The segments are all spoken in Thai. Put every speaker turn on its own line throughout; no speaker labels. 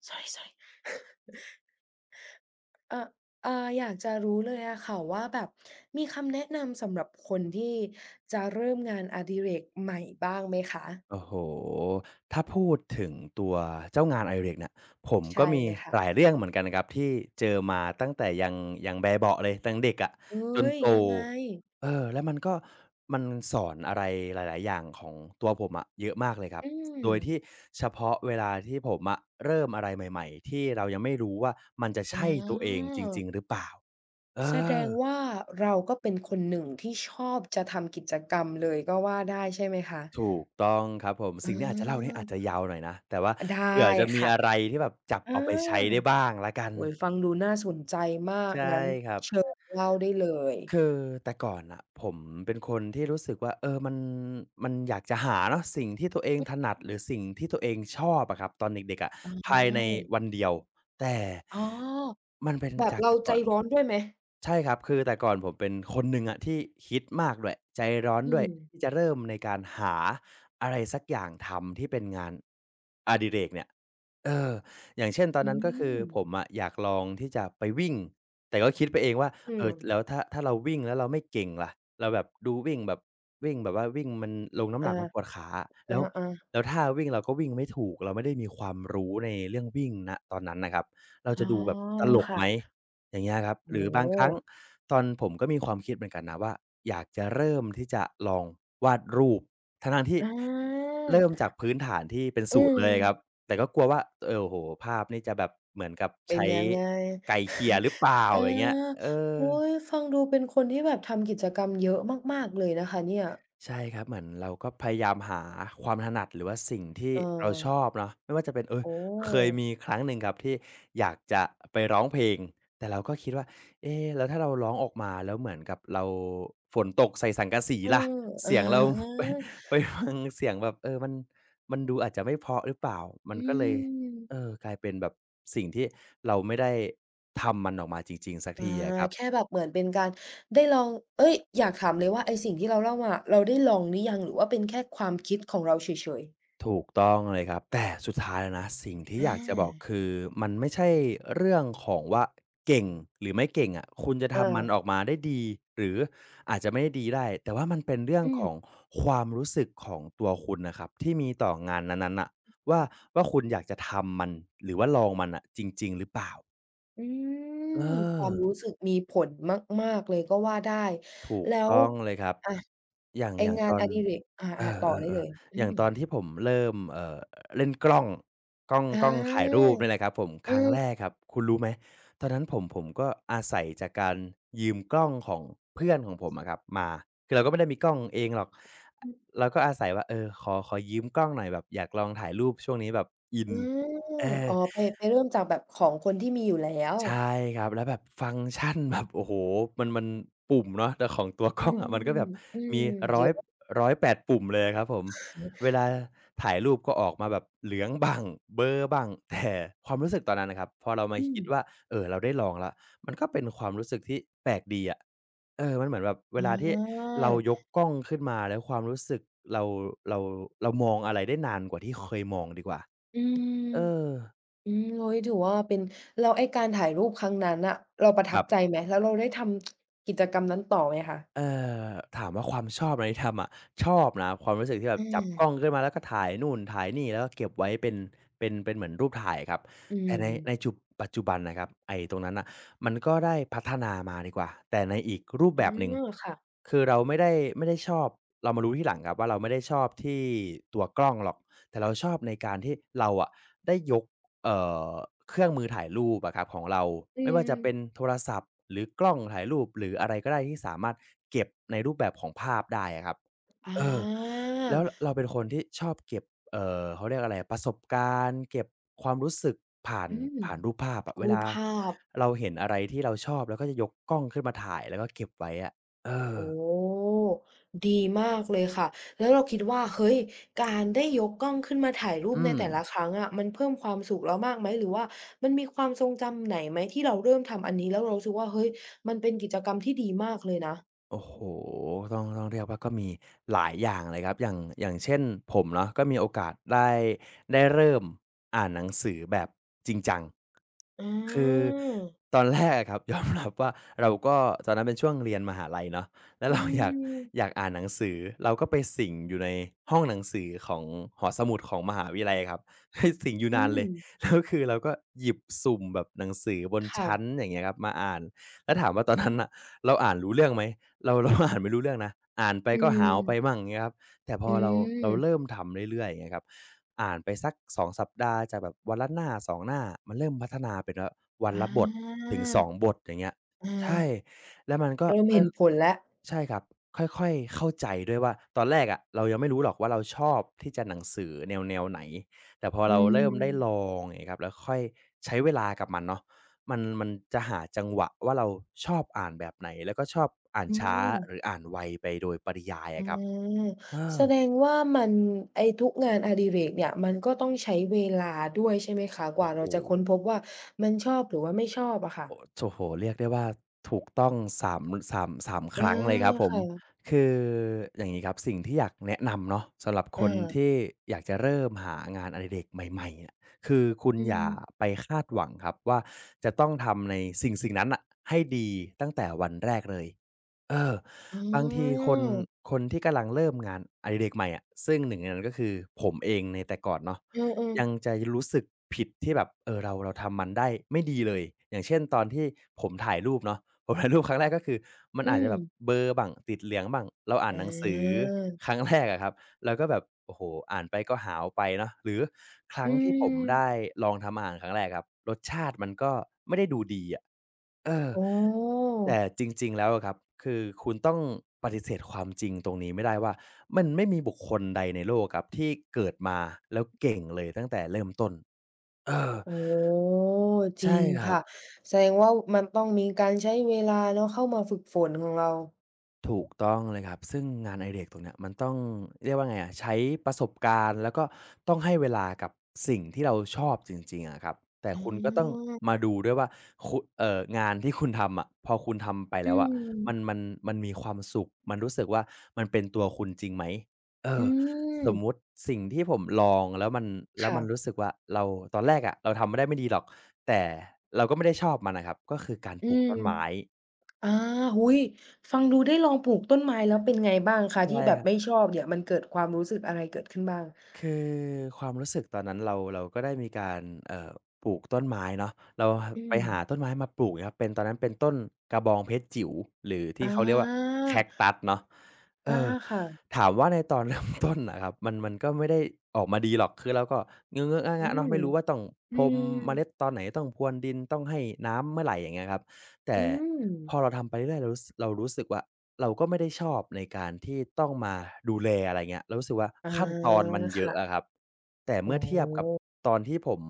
Sorry sorry เอ่ออยากจะรู้เลยอะค่ะว่าแบบมีคำแนะนำสำหรับคนที่จะเริ่มงานอดิเรกใหม่บ้างไหมคะ
โอ้โฮถ้าพูดถึงตัวเจ้างานอดิเรกเนี่ยผมก็
ใช่
มี
เลยค่ะ
หลายเรื่องเหมือนกันนะครับที่เจอมาตั้งแต่ยังแบเบาะเลยตั้งเด็กอะ
เฮ
จ
้
น
ย
โต
ยังไง
เออแล้วมันก็มันสอนอะไรหลายๆอย่างของตัวผมอะเยอะมากเลยครับ
อืม
โดยที่เฉพาะเวลาที่ผมอะเริ่มอะไรใหม่ๆที่เรายังไม่รู้ว่ามันจะ
อ๋
ใช่ตัวเอง
อ
จริงๆหรือเปล่าเอ
แสด
อ
งว่าเราก็เป็นคนหนึ่งที่ชอบจะทำกิจกรรมเลยก็ว่าได้ใช่ไหมคะ
ถูกต้องครับผม
อ
สิ่งที่อาจจะเล่าเนี่ย
า
อาจจะยาวหน่อยนะแต่ว่า
ได้
เผื่อจะมี
ค่ะ
อะไรที่แบบจับ
อา
เอาไปใช้ได้บ้างแล้วกัน
โอ้โฮฟังดูน่าสนใจมาก
ใช่
งั้น
ครับ
เชิญเล่าได้เลย
คือแต่ก่อนน่ะผมเป็นคนที่รู้สึกว่าเออมันอยากจะหาเนาะสิ่งที่ตัวเองถนัดหรือสิ่งที่ตัวเองชอบอะครับตอนเด็กๆอะ
อ
ภายในวัน
า
เดียวแต่
อ๋อ
มันเป็น
แบบ
จาก
เรา
แต่
ใจ
ก่อน
ร้อนด้วยไหม
ใช่ครับคือแต่ก่อนผมเป็นคนหนึ่งอะที่คิดมากด้วยใจร้อน
อื
ด้วย
ม
ที่จะเริ่มในการหาอะไรสักอย่างทำที่เป็นงานอดิเรกเนี่ยเอออย่างเช่นตอน
อื
นั้นก็คือ
ม
ผมอะอยากลองที่จะไปวิ่งแต่ก็คิดไปเองว่า
อื
เอ
ม
อแล้วถ้าเราวิ่งแล้วเราไม่เก่งล่ะเราแบบดูวิ่งแบบวิ่งแบบว่าวิ่งมันลงน้ำหนักมันปวด
อา
ขาอะแล้ว
อา
แล้วท่าวิ่งเราก็วิ่งไม่ถูกเราไม่ได้มีความรู้ในเรื่องวิ่งณตอนนั้นน่ะครับเรา
ๆอ๋
จะ
อ
ดูแบบตลก
ค่ะ
ไหม อย่างเงี้ยครับหรือ
โอ้โฮ
บางครั้งตอนผมก็มีความคิดเหมือนกันนะว่าอยากจะเริ่มที่จะลองวาดรูปทั้งๆที่
อา
เริ่มจากพื้นฐานที่เป็น
อื
ศูนย์
ม
เลยครับแต่ก็กลัวว่าโอ้โฮภาพนี่จะแบบเหมือนกับ
เป็น
ใช้
ยังไง
ไก่เขี่ยหรือเปล่า
อ
อย่างเงี้ยเอ
า
อ
อุ๊ยฟังดูเป็นคนที่แบบทำกิจกรรมเยอะมากๆเลยนะคะเนี่ย
ใช่ครับเหมือนเราก็พยายามหาความถนัดหรือว่าสิ่งที่
เออ
เราชอบเนาะไม่ว่าจะเป็นเออ
โอ้
เคยมีครั้งหนึ่งครับที่อยากจะไปร้องเพลงแต่เราก็คิดว่าเอ๊แล้วถ้าเราร้องออกมาแล้วเหมือนกับเราฝนตกใส่สังกะสี
อื
ล่ะ
มอะ
เสียงเรา
ฮะ
ไปไปฟังเสียงแบบเออมันดูอาจจะไม่เพราะหรือเปล่ามัน
อื
ก็เลยเอ
ม
อกลายเป็นแบบสิ่งที่เราไม่ได้ทำมันออกมาจริงๆสัก
อ
ทีอะค
า
รับ
แค่แบบเหมือนเป็นการได้ลองเอ๊ยอยากถามเลยว่าไอ้สิ่งที่เราเล่ามาเราได้ลองหรือยังหรือว่าเป็นแค่ความคิดของเราเฉยๆ
ถูกต้องเลยครับแต่สุดท้ายแล้วนะสิ่งที่
อ
อยากจะบอก
า
คือมันไม่ใช่เรื่องของว่าเก่งหรือไม่เก่งอะคุณจะ
อา
ทำมันออกมาได้ดีหรืออาจจะไม่ได้ดีได้แต่ว่ามันเป็นเรื่อง
อื
ของ
ม
ความรู้สึกของตัวคุณน่ะครับที่มีต่องานนั้นๆน่ะว่าคุณอยากจะทำมันหรือว่าลองมันน่ะจริงๆหรือเปล่า
อื
เอ
มควา
อ
มรู้สึกมีผลมากๆเลยก็ว่าได้
ถูก
แล้ว
ต้องเลยครับ
อะ
อย่าง
ไอ้
อย่าง
งา
ต
น
อ
อ
น
ดิเรกอา
เอ
ๆต่อได้เล
อ
ย
ๆ
อื
ๆอย่าง
ม
ตอนที่ผมเริ่มเล่นกล้องกล้อง
อ
กล้องถ่าย
า
รูปเนี่ยแหละครับผม
เอ
ครั้ง
อ
แรกครับคุณรู้ไหมตอนนั้นผมก็อาศัยจากการยืมกล้องของเพื่อนของผมอะครับมาคือเราก็ไม่ได้มีกล้องเองหรอก
อืม
เราก็อาศัยว่าเออขอยืมกล้องหน่อยแบบอยากลองถ่ายรูปช่วงนี้แบบอิน
อ
เออ
๋อไปไปเริ่มจากแบบของคนที่มีอยู่แล้ว
ใช่ครับแล้วแบบฟังก์ชันแบบโอ้โฮมันปุ่มเนาะแต่ของตัวก
อื
ล้องอะมัน
ม
ก็แบบ
อืม
มี
เย
ร้อย
อะ
ร้อยแปดปุ่มเลยครับผมเวลาถ่ายรูปก็ออกมาแบบเหลืองบ้างเบลอบ้างแต่ความรู้สึกตอนนั้นน่ะครับพอเรามา
อืม
คิดว่าเอ่อเราได้ลองแล้วมันก็เป็นความรู้สึกที่แปลกดีอะเออมันเหมือนแบบเว
อ๋
ลาที่เราย
อ
กกล้องขึ้นมาแล้วความรู้สึกเราเราเรามองอะไรได้นานกว่าที่เคยมองดีกว่า
อืม
เออ
อืมโอ้โฮถือว่าเป็นแล้วไอ้การถ่ายรูปครั้งนั้นน่ะเราประ
ค
ทับ
รั
ใจ
บ
ไหมแล้วเราได้ทำกิจกรรมนั้นต่อไหมคะ
เอ่อถามว่าความชอบอะไรที่ทำอะชอบนะความรู้สึกที่แบ
อื
บจับ
ม
กล้องขึ้นมาแล้วก็ถ่ายนู่นถ่ายนี่แล้วก็เก็บไว้เป็นเป็นเหมือนรูปถ่ายครับ
อื
แต่ใน
ม
จุปัจจุบันนะครับไอ้ตรงนั้นน่ะมันก็ได้พัฒนามาดีกว่าแต่ในอีกรูป
อา
แบบหนึ่ง
ค่ะ
คือเราไม่ได้ชอบเรามารู้ทีหลังครับว่าเราไม่ได้ชอบที่ตัวกล้องหรอกแต่เราชอบในการที่เราอะได้ยก เอ่อเครื่องมือถ่ายรูปอะครับของเรา
อื
ไม่ว่าจะเป็น
ม
โทรศัพท์หรือกล้องถ่ายรูปหรืออะไรก็ได้ที่สามารถเก็บในรูปแบบของภาพได้อะครับ
อ
เออ
า
แล้วเราเป็นคนที่ชอบเก็บเขาเรียกอะไรประสบการณ์เก็บความรู้สึกผ่าน
อืม
รูปภาพอะเว
รูป
ลา
ภาพ
เราเห็นอะไรที่เราชอบเราก็จะยกกล้องขึ้นมาถ่ายแล้วก็เก็บไว้อะเออ
โอ้โฮดีมากเลยค่ะแล้วเราคิดว่าเฮ้ยการได้ยกกล้องขึ้นมาถ่ายรูป
อื
ใน
ม
แต่ละครั้งอะมันเพิ่มความสุขเรามากไหมหรือว่ามันมีความทรงจำไหนไหมที่เราเริ่มทำอันนี้แล้วเรารู้สึกว่าเฮ้ยมันเป็นกิจกรรมที่ดีมากเลยนะ
โอ้โฮต้องเรียกว่าก็มีหลายอย่างเลยครับอย่างเช่นผมเนาะก็มีโอกาสได้ได้เริ่มอ่านหนังสือแบบจริงจัง
อา
คือตอนแรกอะครับ ยอมรับว่าเราก็ตอนนั้นเป็นช่วงเรียนมหาลัยเนาะแล้ว
อื
เราอยาก
ม
อ่านหนังสือเราก็ไปสิงอยู่ในห้องหนังสือของหอสมุดของมหาวิทยาลัยครับ ใหสิงอยู่
อื
นาน
ม
เลยแล้วคือเราก็หยิบสุ่มแบบหนังสือบน
ค่ะ
ชั้นอย่างเงี้ยครับมาอ่านแล้วถามว่าตอนนั้นน่ะเราอ่านรู้เรื่องไหม เรา เรา อ่านไม่รู้เรื่องนะอ่านไป
อื
ก็หาวไปบั
ม
งอย่างเงี้ยครับแต่พอ
อื
เราเริ่ม
ม
ทำเรื่อยๆอย่างเงี้ยครับอ่านไปสัก2สัปดาห์จากแบบวันละหน้า2หน้ามันเริ่มพัฒนาเป็นว่าวัน
อา
ละบทถึงสองบทอย่างเงี้ย
อา
ใช่แล้วมันก็
เริ่ม
ค่อย
เห็นผลแล้ว
ใช่ครับค่อยๆเข้าใจด้วยว่าตอนแรกอะเรายังไม่รู้หรอกว่าเราชอบที่จะหนังสือแนวไหนแต่พอ
อื
เราเริ่มได้ลอ
ม
งอย่างเงี้ยครับแล้วค่อยใช้เวลากับมันเนาะ มันจะหาจังหวะว่าเราชอบอ่านแบบไหนแล้วก็ชอบอ่าน
อื
ช้า
ม
หรืออ่านไวไปโดยปริยายอะครับ
อา
เอ
แส
า
ดงว่ามันไอ้ทุกงานอดิเรกเนี่ยมันก็ต้องใช้เวลาด้วยใช่ไหมคะก
โอ้
ว่า
โฮ
เราจะค้นพบว่ามันชอบหรือว่าไม่ชอบอะค่ะ
โอ้โฮเรียกได้ว่าถูกต้อง3ามสามค
อา
รั้งเลยครับผม
ค่ะ
คืออย่างงี้ครับสิ่งที่อยากแนะนำเนาะสำหรับค
อา
นที่อยากจะเริ่มหางานอดิเรกใหม่ๆเนี่ยคือคุณ
อื
อ
ม
ย่าไปคาดหวังครับว่าจะต้องทำในสิ่งนั้นน่ะให้ดีตั้งแต่วันแรกเลยเออ
อ๋
บางที
อ
คนที่กำลังเริ่มงานอดิเรกใหม่อะซึ่งหนึ่งในนั้นก็คือผมเองในแต่ก่อนเนาะ
เออ
ยั
ๆ
งจะรู้สึกผิดที่แบบเออเราทำมันได้ไม่ดีเลยอย่างเช่นตอนที่ผมถ่ายรูปเนาะ ผมถ่ายรูปครั้งแรกก็คือมัน
อื
อาจจะ
ม
แบบเบลอบ้างติดเหลืองบ้างเราอ่าน
อ
หนังสือ
า
ครั้งแรกอะครับเราก็แบบโอ้โฮอ่านไปก็หาวไปเนาะหรือครั้
อื
งที่ผมได้
ม
ลองทำอาหารครั้งแรกครับรสชาติมันก็ไม่ได้ดูดีอะเออ
อ๋อ
แต่จริงๆ แล้วอะครับคือคุณต้องปฏิเสธความจริงตรงนี้ไม่ได้ว่ามันไม่มีบุคคลใดในโลกครับที่เกิดมาแล้วเก่งเลยตั้งแต่เริ่มต้น เออ
โอ้จ
ใช่
ริง
ครับ
ค่ะแสดงว่ามันต้องมีการใช้เวลาเนาะเข้ามาฝึกฝนของเรา
ถูกต้องเลยครับซึ่งงานอดิเรกตรงเนี้ยมันต้องเรียกว่าไงอะใช้ประสบการณ์แล้วก็ต้องให้เวลากับสิ่งที่เราชอบจริงๆอะครับแต่คุณก็ต้องมา
ออ
ดูด้วยว่าคุเอ่องานที่คุณทำอะพอคุณทำไปแล้
อื
วอะมันมั
ม
นมันมีความสุขมันรู้สึกว่ามันเป็นตัวคุณจริงไหมเอ
อื
อ
ม
สมมุติสิ่งที่ผมลองแล้วมันแล้วมันรู้
ค่ะ
สึกว่าเราตอนแรกอะเราทำไม่ได้ไม่ดีหรอกแต่เราก็ไม่ได้ชอบมันน่ะครับก็คือการ
อื
ปลูก
ม
ต้นไม้
อาอุ๊ยฟังดูได้ลองปลูกต้นไม้แล้วเป็นไงบ้างคะที่
ใช่
แบบ
ครั
ไม่
บ
ชอบเนี่ยมันเกิดความรู้สึกอะไรเกิดขึ้นบ้าง
คือความรู้สึกตอนนั้นเราก็ได้มีการเอ่อปลูกต้นไม้เนาะเรา
อื
ไป
ม
หาต้นไม้มาปลูกครับเป็นตอนนั้นเป็นต้นกระบองเพชรจิ๋วหรือที่
อา
เขาเรียกว่าแคคตัสเนาะเอ
อา
อ
ค่ะ
ถามว่าในตอนเริ่มต้นน่ะครับมันก็ไม่ได้ออกมาดีหรอกคือเราก็เงอะๆ
อื
งะๆเนาะ
ม
ไม่รู้ว่าต้อง
อื
พรม
ม
เมล็ดตอนไหนต้องพรวนดินต้องให้น้ำเมื่อไรอย่างเงี้ยครับแต่
อืม
พอเราทำไปเรื่อยๆเรารู้สึกว่า เราก็ไม่ได้ชอบในการที่ต้องมาดูแลอะไรเงี้ยเรารู้สึกว่า
อา
ขั้นตอนมันเยอะอะค
ค่ะ
รับแต่
โอ
เมื่อเทียบกับ
้
ตอนที่ผม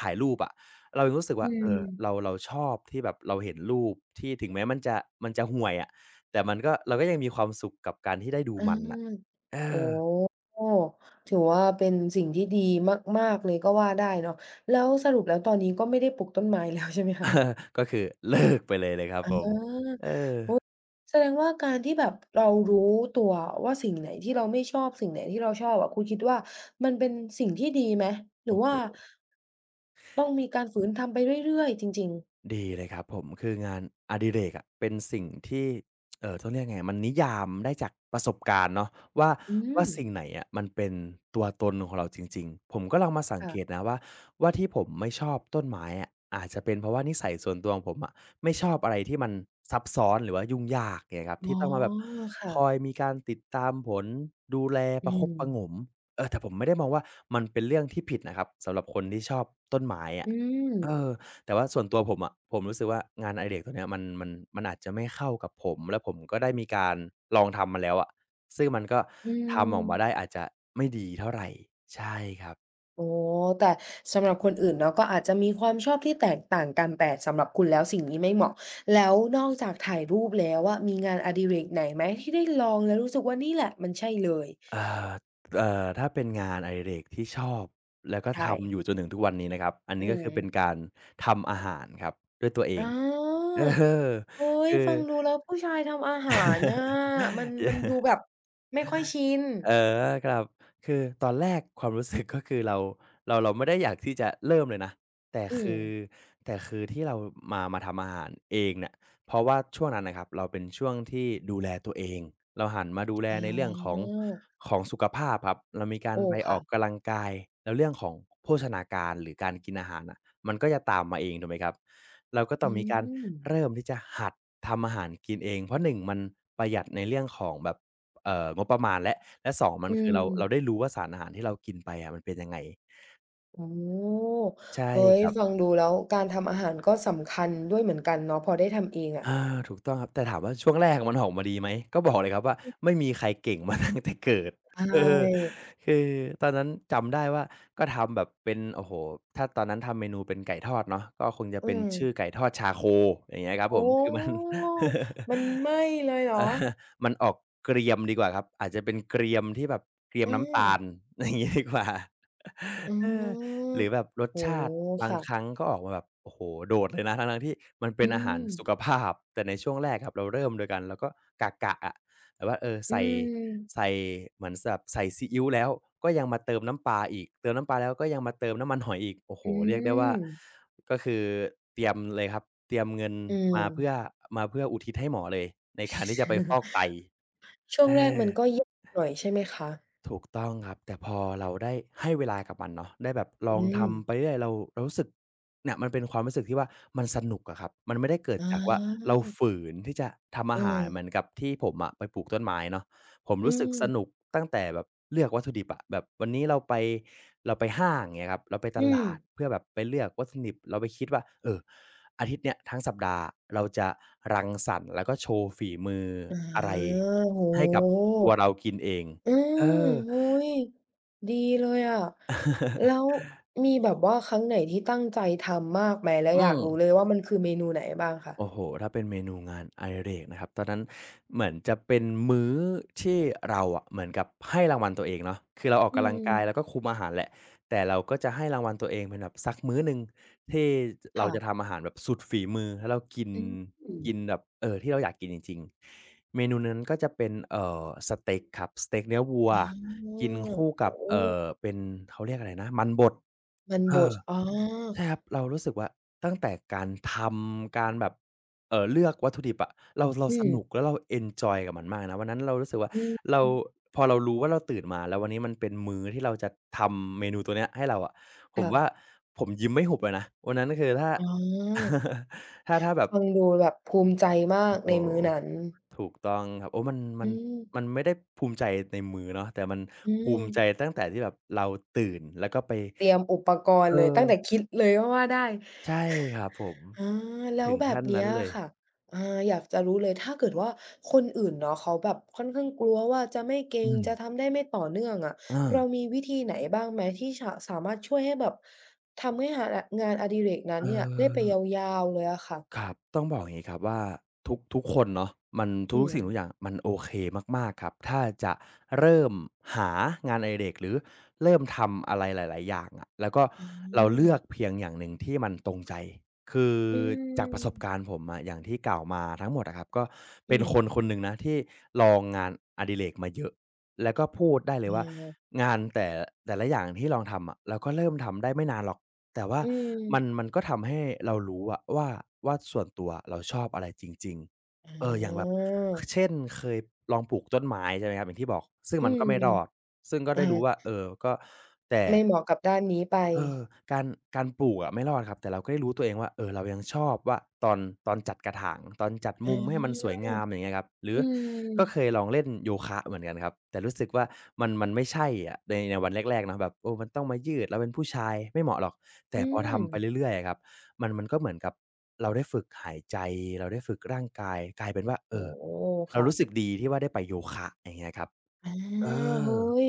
ถ่ายรูปอะเรายังรู้สึก
อื
ว่าเอ
ม
อเราชอบที่แบบเราเห็นรูปที่ถึงแม้มันจะมันจะห่วยอะแต่มันก็เราก็ยังมีความสุขกับการที่ได้ดู
อ
มันน่ะ
า
เอ
โอ้
อ
โฮถือว่าเป็นสิ่งที่ดีมากๆเลยก็ว่าได้เนาะแล้วสรุปแล้วตอนนี้ก็ไม่ได้ปลูกต้นไม้แล้วใช่ไหมคะ
ก็คือเลิกไปเลยครับ
อา
ผมเออ
แสดงว่าการที่แบบเรารู้ตัวว่าสิ่งไหนที่เราไม่ชอบสิ่งไหนที่เราชอบอะคุณคิดว่ามันเป็นสิ่งที่ดีไหมหรื
โอ้
อ
โฮ
ว่าต้องมีการฝืนทำไปเรื่อยๆจริงๆ
ดีเลยครับผมคืองานอดิเรกอะเป็นสิ่งที่ต้องเรียกไงมันนิยามได้จากประสบการณ์เนาะว่า
อื
ว่า
ม
สิ่งไหนอะมันเป็นตัวตนของเราจริงๆผมก็ลองมาสังเกต
ค่ะ
นะว่าที่ผมไม่ชอบต้นไม้อะอาจจะเป็นเพราะว่านิสัยส่วนตัวของผมอะไม่ชอบอะไรที่มันซับซ้อนหรือว่ายุ่งยากเงี้ยครับที่
อ๋อ
ต้องมาแบบ
ค่ะ
คอยมีการติดตามผลดูแลป
อื
ระคบ
ม
ประหงมเออแต่ผมไม่ได้มองว่ามันเป็นเรื่องที่ผิดนะครับสำหรับคนที่ชอบต้นไม้
อื
อะ
ม
เออ แต่ว่าส่วนตัวผมอะผมรู้สึกว่างานอดิเรกตัวเนี้ยมันอาจจะไม่เข้ากับผมแล้วผมก็ได้มีการลองทำมาแล้วอะซึ่งมันก็
อื
ทำออก
ม
มาได้อาจจะไม่ดีเท่าไรใช่ครับ
อ๋อแต่สำหรับคนอื่นเนาะก็อาจจะมีความชอบที่แตกต่างกันแต่สำหรับคุณแล้วสิ่งนี้ไม่เหมาะแล้วนอกจากถ่ายรูปแล้วอะมีงานอดิเรกไหนไหมที่ได้ลองแล้วรู้สึกว่านี่แหละมันใช่เลย
เอ่อถ้าเป็นงานอดิเรกที่ชอบแล้วก็
ใช่
ทำอยู่จนถึงทุกวันนี้นะครับอัน
อื
นี้ก็
ม
คือเป็นการทำอาหารครับด้วยตัวเอ
อ
ง
อ
เออ
เฮ้ย
คือ
ฟังดูแล้วผู้ชายทำอาหารน่ะ มันมันดู
เย
แบบไม่ค่อยชิน
เออครับคือตอนแรกความรู้สึก ก็คือเราไม่ได้อยากที่จะเริ่มเลยนะแต่
อืม
คือแต่คือที่เรามาทำอาหารเองเนี่ยเพราะว่าช่วงนั้นน่ะครับเราเป็นช่วงที่ดูแลตัวเองเราหันมาดูแล
อ
ในเรื่องของ
า
ของสุขภาพครับเรามีการ
โอ้
ไปอ
ค่ะ
อกกำลังกายแล้วเรื่องของโภชนาการหรือการกินอาหารน่ะมันก็จะตามมาเองถูกไหมครับเราก็ต้อ
อื
งมีการ
ม
เริ่มที่จะหัดทำอาหารกินเองเพราะหนึ่งมันประหยัดในเรื่องของแบบ งบประมาณและและสองมัน
อื
คือเราเรา
ม
ได้รู้ว่าสารอาหารที่เรากินไปอะมันเป็นยังไง
โอ้
ใช่
เฮ้ย
ครั
ฟั
บ
งดูแล้วการทำอาหารก็สำคัญด้วยเหมือนกันเนาะพอได้ทำเองอะ
อาถูกต้องครับแต่ถามว่าช่วงแรกมันออกมาดีไหมก็บอกเลยครับว่าไม่มีใครเก่งมาตั้งแต่เกิด
ใช
เออ
่
คือตอนนั้นจำได้ว่าก็ทำแบบเป็นโอ้โฮถ้าตอนนั้นทำเมนูเป็นไก่ทอดเนาะก็คงจะ
อื
เป็น
ม
ชื่อไก่ทอดชาโคอย่างเงี้ยครับผ
โอ้
มคือมัน
มันไหม้เลย เหร
เออ
อ
มันออกเกรียมดีกว่าครับอาจจะเป็นเกรียมที่แบบเกรียม
อื
น้ำ
ม
ตาล อย่างงี้ดีกว่า
อื
เออ หรื
ม
อแบบรส
โอ้
ชาติ
โฮ
บางครั้ง
ค่ะ
ก็ออกมาแบบโอ้โฮโดดเลยนะทั้งๆที่มันเป็น
อื
อาหาร
ม
สุขภาพแต่ในช่วงแรกครับเราเริ่มโดยการเราก็กะอะแบบว่าเออ
อื
ใส่ใส่
ม
เหมือนแบบใส่ซีอิ๊วแล้วก็ยังมาเติมน้ำปลาอีกเติมน้ำปลาแล้วก็ยังมาเติมน้ำมันหอยอีกโอ้โฮ
อื
เรียกได้ว่า
ม
ก็คือเตรียมเลยครับเตรียมเงิน
อืม
มาเพื่อมาเพื่ออุทิศให้หมอเลยในการที่จะไปฟอกไต
ช่
เ
วงแรกมันก็
ออ
ยากหน่อยใช่ไหมคะ
ถูกต้องครับแต่พอเราได้ให้เวลากับมันเนาะได้แบบลอง
อื
ทำไป
ม
เรื่อยเรารู้สึกเนี่ยมันเป็นความรู้สึกที่ว่ามันสนุกอะครับมันไม่ได้เกิด
อ
จากว่า
า
เราฝืนที่จะทำอา
อื
หาร
ม
เหมือนกับที่ผมอะไปปลูกต้นไม้เนาะผม
อื
รู้สึกสนุก
ม
ตั้งแต่แบบเลือกวัตถุดิบอะแบบวันนี้เราไปห้างเงี้ยครับเราไปต
อืม
ลาดเพื่อแบบไปเลือกวัตถุดิบเราไปคิดว่าเอออาทิตย์เนี้ยทั้งสัปดาห์เราจะรังสรรค์แล้วก็โชว์ฝีมือ
อา
อะไร
โอ้โฮ
ให้กับตัวเรากินเอง
อื
เอ
ม
อ
อุ๊ยดีเลยอะแล้ วมีแบบว่าครั้งไหนที่ตั้งใจทำมากไหมแล้ว
อื
อยากรู้เล
ม
ยว่ามันคือเมนูไหนบ้างคะ
โอ้โห ถ้าเป็นเมนูงานอดิเรกนะครับตอนนั้นเหมือนจะเป็นมื้อที่เราอะเหมือนกับให้รางวัลตัวเองเนาะคือเราออก
อื
กำลัง
ม
กายแล้วก็คุมอาหารแหละแต่เราก็จะให้รางวัลตัวเองเป็นแบบสักมื้อหนึ่งที่เรา
ค่ะ
จะทำอาหารแบบสุดฝีมือแล้วเรากิน
อืม
กินแบบเออที่เราอยากกินจริงๆเมนูนั้นก็จะเป็นเออสเต็กครับสเต็กเนื้อวัว
อ๋อ
กินคู่
โอ
กับเออ
้
เป็นเขาเรียกอะไรนะมันบด
มัน
เอ
บด
อ
อ๋อ
ใช่ครับเรารู้สึกว่าตั้งแต่การทำการแบบเลือกวัตถุดิบอะเราเรา
อื
ส
ม
นุกแล้วเราเอนจอยกับมันมากนะวันนั้นเรารู้สึกว่า
อืม
เราพอเรารู้ว่าเราตื่นมาแล้ววันนี้มันเป็นมื้อที่เราจะทำเมนูตัวเนี้ยให้เราอะผม
ค่ะ
ว่าผมยิ้มไม่หุบเลยนะวันนั้นคือถ้า
อ๋อ
ถ้าแบบ
ฟังดูแบบภูมิใจมา
โอ้
ก
โฮ
ในมื้อนั้น
ถูกต้องครับโอ้มัน
อื
มัน
ม
มันไม่ได้ภูมิใจในมื้อเนาะแต่มัน
อื
ภูมิใจ
ม
ตั้งแต่ที่แบบเราตื่นแล้วก็ไป
เตรียมอุปกร
เอ
ณ์เลยตั้งแต่
อ
คิดเลยก็ว่าได้
ใช่ครับผม
อาแล้
ถึ
ว
ง
แบบ
ขั้นนั้
เนี้
น
ย
เลย
ค่ะอาอยากจะรู้เลยถ้าเกิดว่าคนอื่นเนาะเขาแบบค่อนข้างกลัวว่าจะไม่เก่
อื
ง
ม
จะทำได้ไม่ต่อเนื่องอะ
เอา
เรามีวิธีไหนบ้างไหมที่ชะสามารถช่วยให้แบบทำให้หาอะงานอดิเรกนั้น
เอ่
เนี่ยได้ไป
อ
ยาวๆเลยอะค่ะ
ครับ ต้องบอกอย่างงี้ครับว่าทุกคนเนาะมัน
อื
ทุกสิ่งทุกอย่า
ม
ง มันโอเคมากๆครับถ้าจะเริ่มหางานอดิเรกหรือเริ่มทำอะไรหลายๆอย่างอะแล้วก็
อา
เราเลือกเพียงอย่างหนึ่งที่มันตรงใจคือ
อื
จากประสบการ
ม
ณ์ผมอะอย่างที่กล่าวมาทั้งหมดอะครับก็
อื
เป็น
ม
คนคนหนึ่งนะที่ลองงานอดิเรกมาเยอะแล้วก็พูดได้เลย
อ
ว่า
า
งานแต่แต่ละอย่างที่ลองทำอะเราก็เริ่มทำได้ไม่นานหรอก แต่ว่า
อื
มัน
ม
มันก็ทำให้เรารู้อะว่าส่วนตัวเราชอบอะไรจริง
อ๋
ๆเอออย่าง
อ
แบบเช่นเคยลองปลูกต้นไม้ใช่ไหมครับอย่างที่บอกซึ่ง
อื
มัน
ม
ก็ไม่รอดซึ่งก็
อา
ได้รู้ว่าเออก็แต่
ไม่เหมาะกับด้านนี้ไป
เออการการปลูกอะไม่รอดครับแต่เราก็ได้รู้ตัวเองว่าเออเรายังชอบว่าตอนตอนจัดกระถางตอนจัด
อ
มุมให้มันสวย
า
งามอย่างเงี้ยครับหรือ
อื
ก็เค
ม
ยลองเล่นโยคะเหมือนกันครับแต่รู้สึกว่ามันมันไม่ใช่อะในในวันแรกๆเนาะแบบเออมันต้องมายืดเราเป็นผู้ชายไม่เหมาะหรอก แต่
อื
พอ
ม
ทำไปเรื่อยๆอะครับมันมันก็เหมือนกับเราได้ฝึกหายใจเราได้ฝึกร่างกายกลายเป็นว่า
โอ้โฮ
เรา
ค่ะ
รู้สึกดีที่ว่าได้ไปโยคะอย่างเงี้ยครับ
อา
เออ
เฮ้ย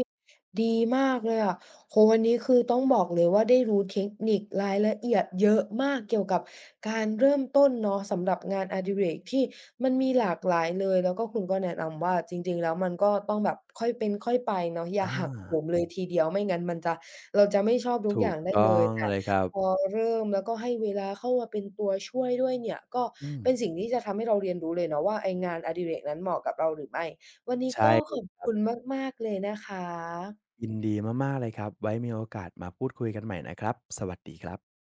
ดีมากเลยอะโอ้โฮวันนี้คือต้องบอกเลยว่าได้รู้เทคนิครายละเอียดเยอะมากเกี่ยวกับการเริ่มต้นเนาะสำหรับงานอดิเรกที่มันมีหลากหลายเลยแล้วก็คุณก็แนะนำว่าจริงๆแล้วมันก็ต้องแบบค่อยเป็นค่อยไปเนาะอย่า
อา
หักโหมเลยทีเดียวไม่งั้นมันจะเราจะไม่ชอบทุกอ
ถู
ย่า
ก
งได้เล
ต้อ
ย
ง
แต่
เลยครับ
พอเริ่มแล้วก็ให้เวลาเข้ามาเป็นตัวช่วยด้วยเนี่ยก็
อืม
เป็นสิ่งที่จะทำให้เราเรียนรู้เลยเนาะว่าไอ้งานอดิเรกนั้นเหมาะกับเราหรือไม่ วันนี้
ใช่
ก็ขอบคุณมากๆเลยนะคะ
ยินดีมากๆเลยครับไว้มีโอกาสมาพูดคุยกันใหม่นะครับสวัสดีครับ